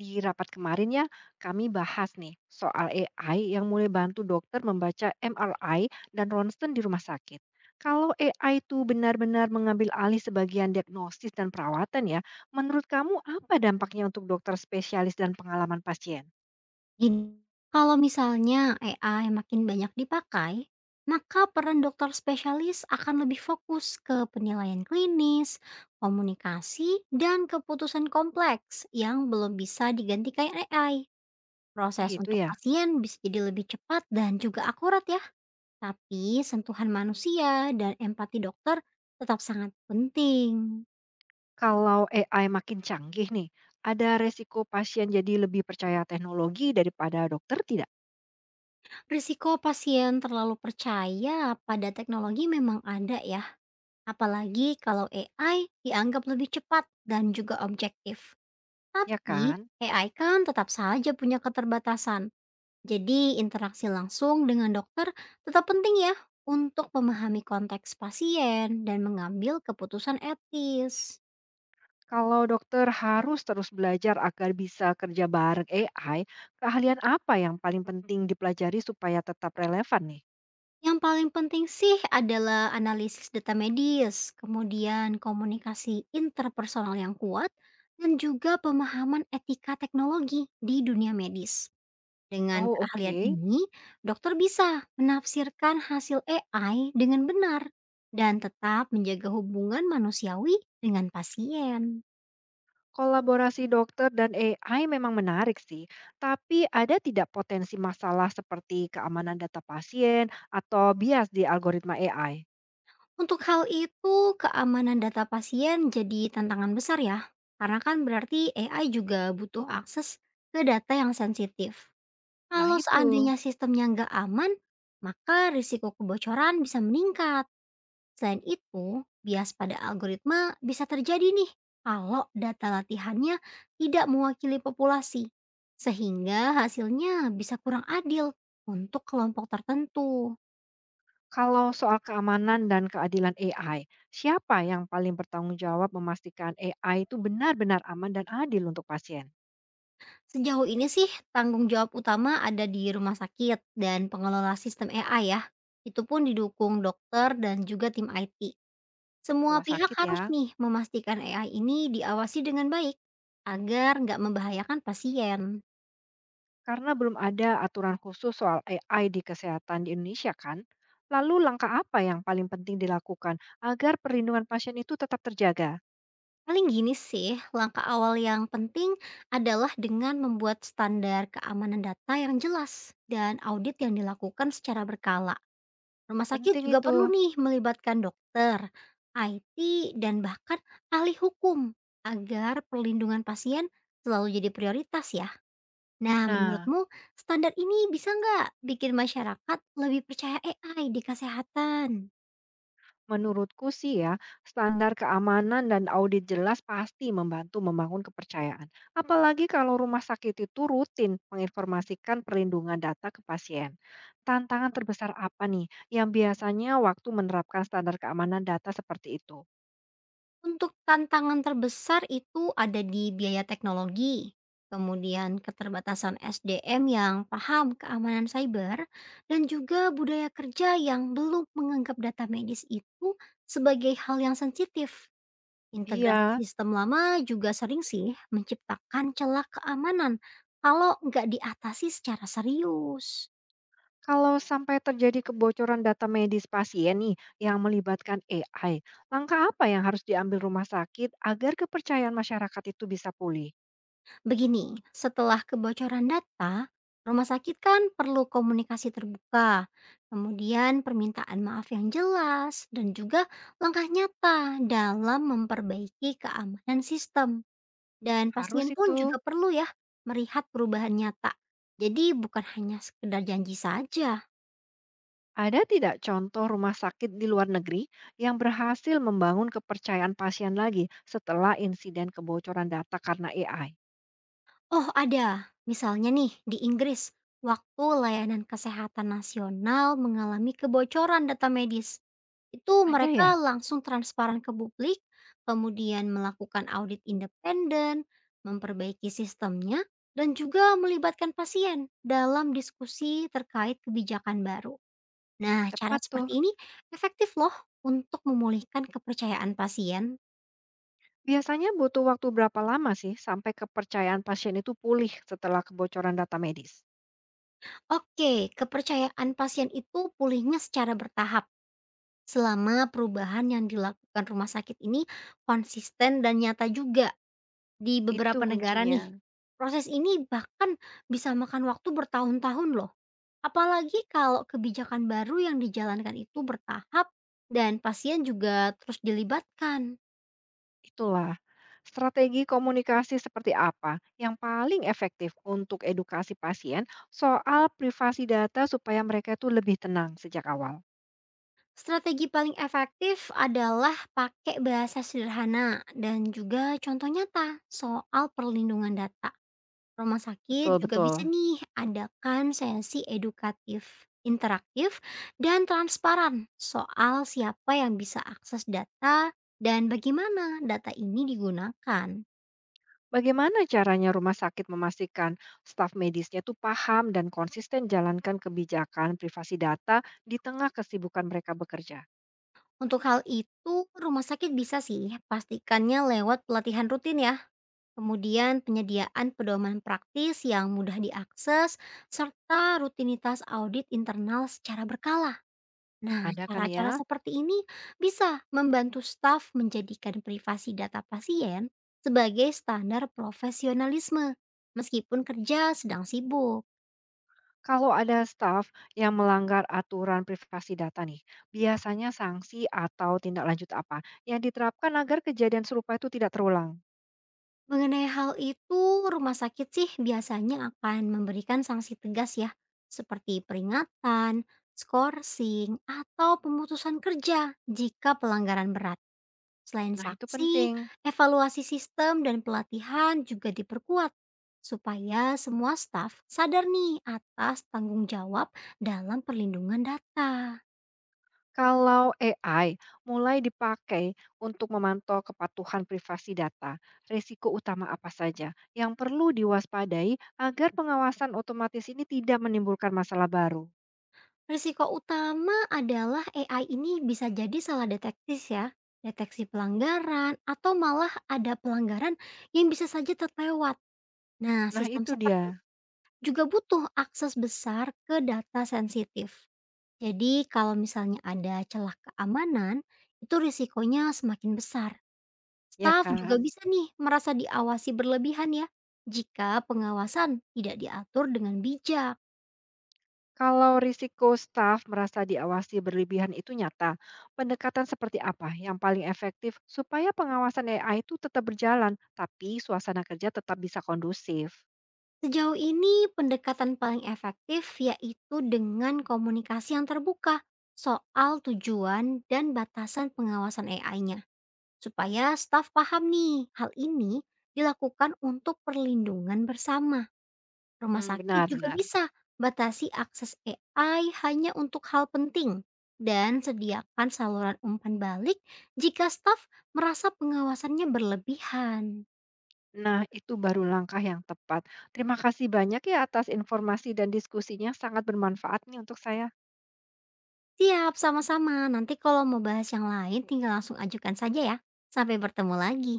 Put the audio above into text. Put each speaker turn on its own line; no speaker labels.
Di rapat kemarin ya, kami bahas nih soal AI yang mulai bantu dokter membaca MRI dan ronsen di rumah sakit. Kalau AI itu benar-benar mengambil alih sebagian diagnosis dan perawatan ya, menurut kamu apa dampaknya untuk dokter spesialis dan pengalaman pasien?
Gini, kalau misalnya AI makin banyak dipakai, maka peran dokter spesialis akan lebih fokus ke penilaian klinis, komunikasi, dan keputusan kompleks yang belum bisa digantikan AI. Proses
Begitu
untuk
ya.
pasien bisa jadi lebih cepat dan juga akurat ya. Tapi sentuhan manusia dan empati dokter tetap sangat penting.
Kalau AI makin canggih nih, ada resiko pasien jadi lebih percaya teknologi daripada dokter tidak?
Risiko pasien terlalu percaya pada teknologi memang ada ya. Apalagi kalau AI dianggap lebih cepat dan juga objektif.
Ya
Tapi
kan?
AI kan tetap saja punya keterbatasan. Jadi interaksi langsung dengan dokter tetap penting ya untuk memahami konteks pasien dan mengambil keputusan etis.
Kalau dokter harus terus belajar agar bisa kerja bareng AI, keahlian apa yang paling penting dipelajari supaya tetap relevan nih?
Yang paling penting sih adalah analisis data medis, kemudian komunikasi interpersonal yang kuat, dan juga pemahaman etika teknologi di dunia medis. Dengan
Oh
keahlian
oke,
ini, dokter bisa menafsirkan hasil AI dengan benar dan tetap menjaga hubungan manusiawi dengan pasien.
kolaborasi dokter dan AI memang menarik sih, tapi ada tidak potensi masalah seperti keamanan data pasien atau bias di algoritma AI?
Untuk hal itu, keamanan data pasien jadi tantangan besar ya, karena kan berarti AI juga butuh akses ke data yang sensitif.
Nah
Kalau
itu,
seandainya sistemnya nggak aman, maka risiko kebocoran bisa meningkat. Selain itu, bias pada algoritma bisa terjadi nih kalau data latihannya tidak mewakili populasi, sehingga hasilnya bisa kurang adil untuk kelompok tertentu.
kalau soal keamanan dan keadilan AI, siapa yang paling bertanggung jawab memastikan AI itu benar-benar aman dan adil untuk pasien?
Sejauh ini sih tanggung jawab utama ada di rumah sakit dan pengelola sistem AI ya. Itu pun didukung dokter dan juga tim IT. Semua
Rumah
pihak
sakit
harus
ya.
nih memastikan AI ini diawasi dengan baik agar nggak membahayakan pasien.
Karena belum ada aturan khusus soal AI di kesehatan di Indonesia kan? Lalu langkah apa yang paling penting dilakukan agar perlindungan pasien itu tetap terjaga?
Paling gini sih, langkah awal yang penting adalah dengan membuat standar keamanan data yang jelas dan audit yang dilakukan secara berkala. Rumah sakit
Penting
juga perlu
itu.
nih melibatkan dokter, IT, dan bahkan ahli hukum agar perlindungan pasien selalu jadi prioritas ya. Nah,
Nah,
menurutmu standar ini bisa nggak bikin masyarakat lebih percaya AI di kesehatan?
menurutku sih ya, standar keamanan dan audit jelas pasti membantu membangun kepercayaan. Apalagi kalau rumah sakit itu rutin menginformasikan perlindungan data ke pasien. Tantangan terbesar apa nih yang biasanya waktu menerapkan standar keamanan data seperti itu?
Untuk tantangan terbesar itu ada di biaya teknologi, kemudian keterbatasan SDM yang paham keamanan cyber, dan juga budaya kerja yang belum menganggap data medis itu sebagai hal yang sensitif. Integrasi
Iya.
sistem lama juga sering sih menciptakan celah keamanan kalau nggak diatasi secara serius.
Kalau sampai terjadi kebocoran data medis pasien nih yang melibatkan AI, langkah apa yang harus diambil rumah sakit agar kepercayaan masyarakat itu bisa pulih?
Begini, setelah kebocoran data, rumah sakit kan perlu komunikasi terbuka, kemudian permintaan maaf yang jelas, dan juga langkah nyata dalam memperbaiki keamanan sistem. Dan
Harus
pasien
itu.
pun juga perlu ya melihat perubahan nyata. Jadi bukan hanya sekedar janji saja.
Ada tidak contoh rumah sakit di luar negeri yang berhasil membangun kepercayaan pasien lagi setelah insiden kebocoran data karena AI?
Oh ada, misalnya nih di Inggris, waktu layanan kesehatan nasional mengalami kebocoran data medis. Itu
Ada
mereka
ya?
langsung transparan ke publik, kemudian melakukan audit independen, memperbaiki sistemnya, dan juga melibatkan pasien dalam diskusi terkait kebijakan baru. Nah, cara
Tepat tuh.
seperti ini efektif loh untuk memulihkan kepercayaan pasien.
Biasanya butuh waktu berapa lama sih sampai kepercayaan pasien itu pulih setelah kebocoran data medis?
Oke, kepercayaan pasien itu pulihnya secara bertahap. Selama perubahan yang dilakukan rumah sakit ini konsisten dan nyata juga di
Itu
beberapa negara
kuncinya.
nih, proses ini bahkan bisa makan waktu bertahun-tahun loh. Apalagi kalau kebijakan baru yang dijalankan itu bertahap dan pasien juga terus dilibatkan.
Itulah, strategi komunikasi seperti apa yang paling efektif untuk edukasi pasien soal privasi data supaya mereka itu lebih tenang sejak awal?
Strategi paling efektif adalah pakai bahasa sederhana dan juga contoh nyata soal perlindungan data. Rumah sakit
Betul,
juga bisa
betul.
nih adakan sesi edukatif, interaktif, dan transparan soal siapa yang bisa akses data dan bagaimana data ini digunakan.
Bagaimana caranya rumah sakit memastikan staf medisnya itu paham dan konsisten jalankan kebijakan privasi data di tengah kesibukan mereka bekerja?
Untuk hal itu, rumah sakit bisa sih pastikannya lewat pelatihan rutin ya. Kemudian penyediaan pedoman praktis yang mudah diakses serta rutinitas audit internal secara berkala. Nah,
Ada kan ya.
cara-cara seperti ini bisa membantu staf menjadikan privasi data pasien sebagai standar profesionalisme, meskipun kerja sedang sibuk.
Kalau ada staf yang melanggar aturan privasi data nih, biasanya sanksi atau tindak lanjut apa yang diterapkan agar kejadian serupa itu tidak terulang?
Mengenai hal itu, rumah sakit sih biasanya akan memberikan sanksi tegas ya, seperti peringatan, skorsing, atau pemutusan kerja jika pelanggaran berat. Selain
Nah, itu
saksi,
penting.
evaluasi sistem dan pelatihan juga diperkuat supaya semua staf sadar nih atas tanggung jawab dalam perlindungan data.
Kalau AI mulai dipakai untuk memantau kepatuhan privasi data, risiko utama apa saja yang perlu diwaspadai agar pengawasan otomatis ini tidak menimbulkan masalah baru?
Risiko utama adalah AI ini bisa jadi salah detektif ya, deteksi pelanggaran atau malah ada pelanggaran yang bisa saja terlewat. Nah,
Nah,
sistem
itu dia,
seperti juga butuh akses besar ke data sensitif. Jadi kalau misalnya ada celah keamanan, itu risikonya semakin besar.
ya
Staf juga
kan?
bisa nih merasa diawasi berlebihan ya, jika pengawasan tidak diatur dengan bijak.
Kalau risiko staf merasa diawasi berlebihan itu nyata, pendekatan seperti apa yang paling efektif supaya pengawasan AI itu tetap berjalan, tapi suasana kerja tetap bisa kondusif?
Sejauh ini pendekatan paling efektif yaitu dengan komunikasi yang terbuka soal tujuan dan batasan pengawasan AI-nya. Supaya staf paham nih, hal ini dilakukan untuk perlindungan bersama. Rumah
Hmm,
sakit juga
benar-benar.
bisa batasi akses AI hanya untuk hal penting dan sediakan saluran umpan balik jika staf merasa pengawasannya berlebihan.
Nah, itu baru langkah yang tepat. Terima kasih banyak ya atas informasi dan diskusinya, sangat bermanfaat nih untuk saya.
Siap, sama-sama. Nanti kalau mau bahas yang lain tinggal langsung ajukan saja ya. Sampai bertemu lagi.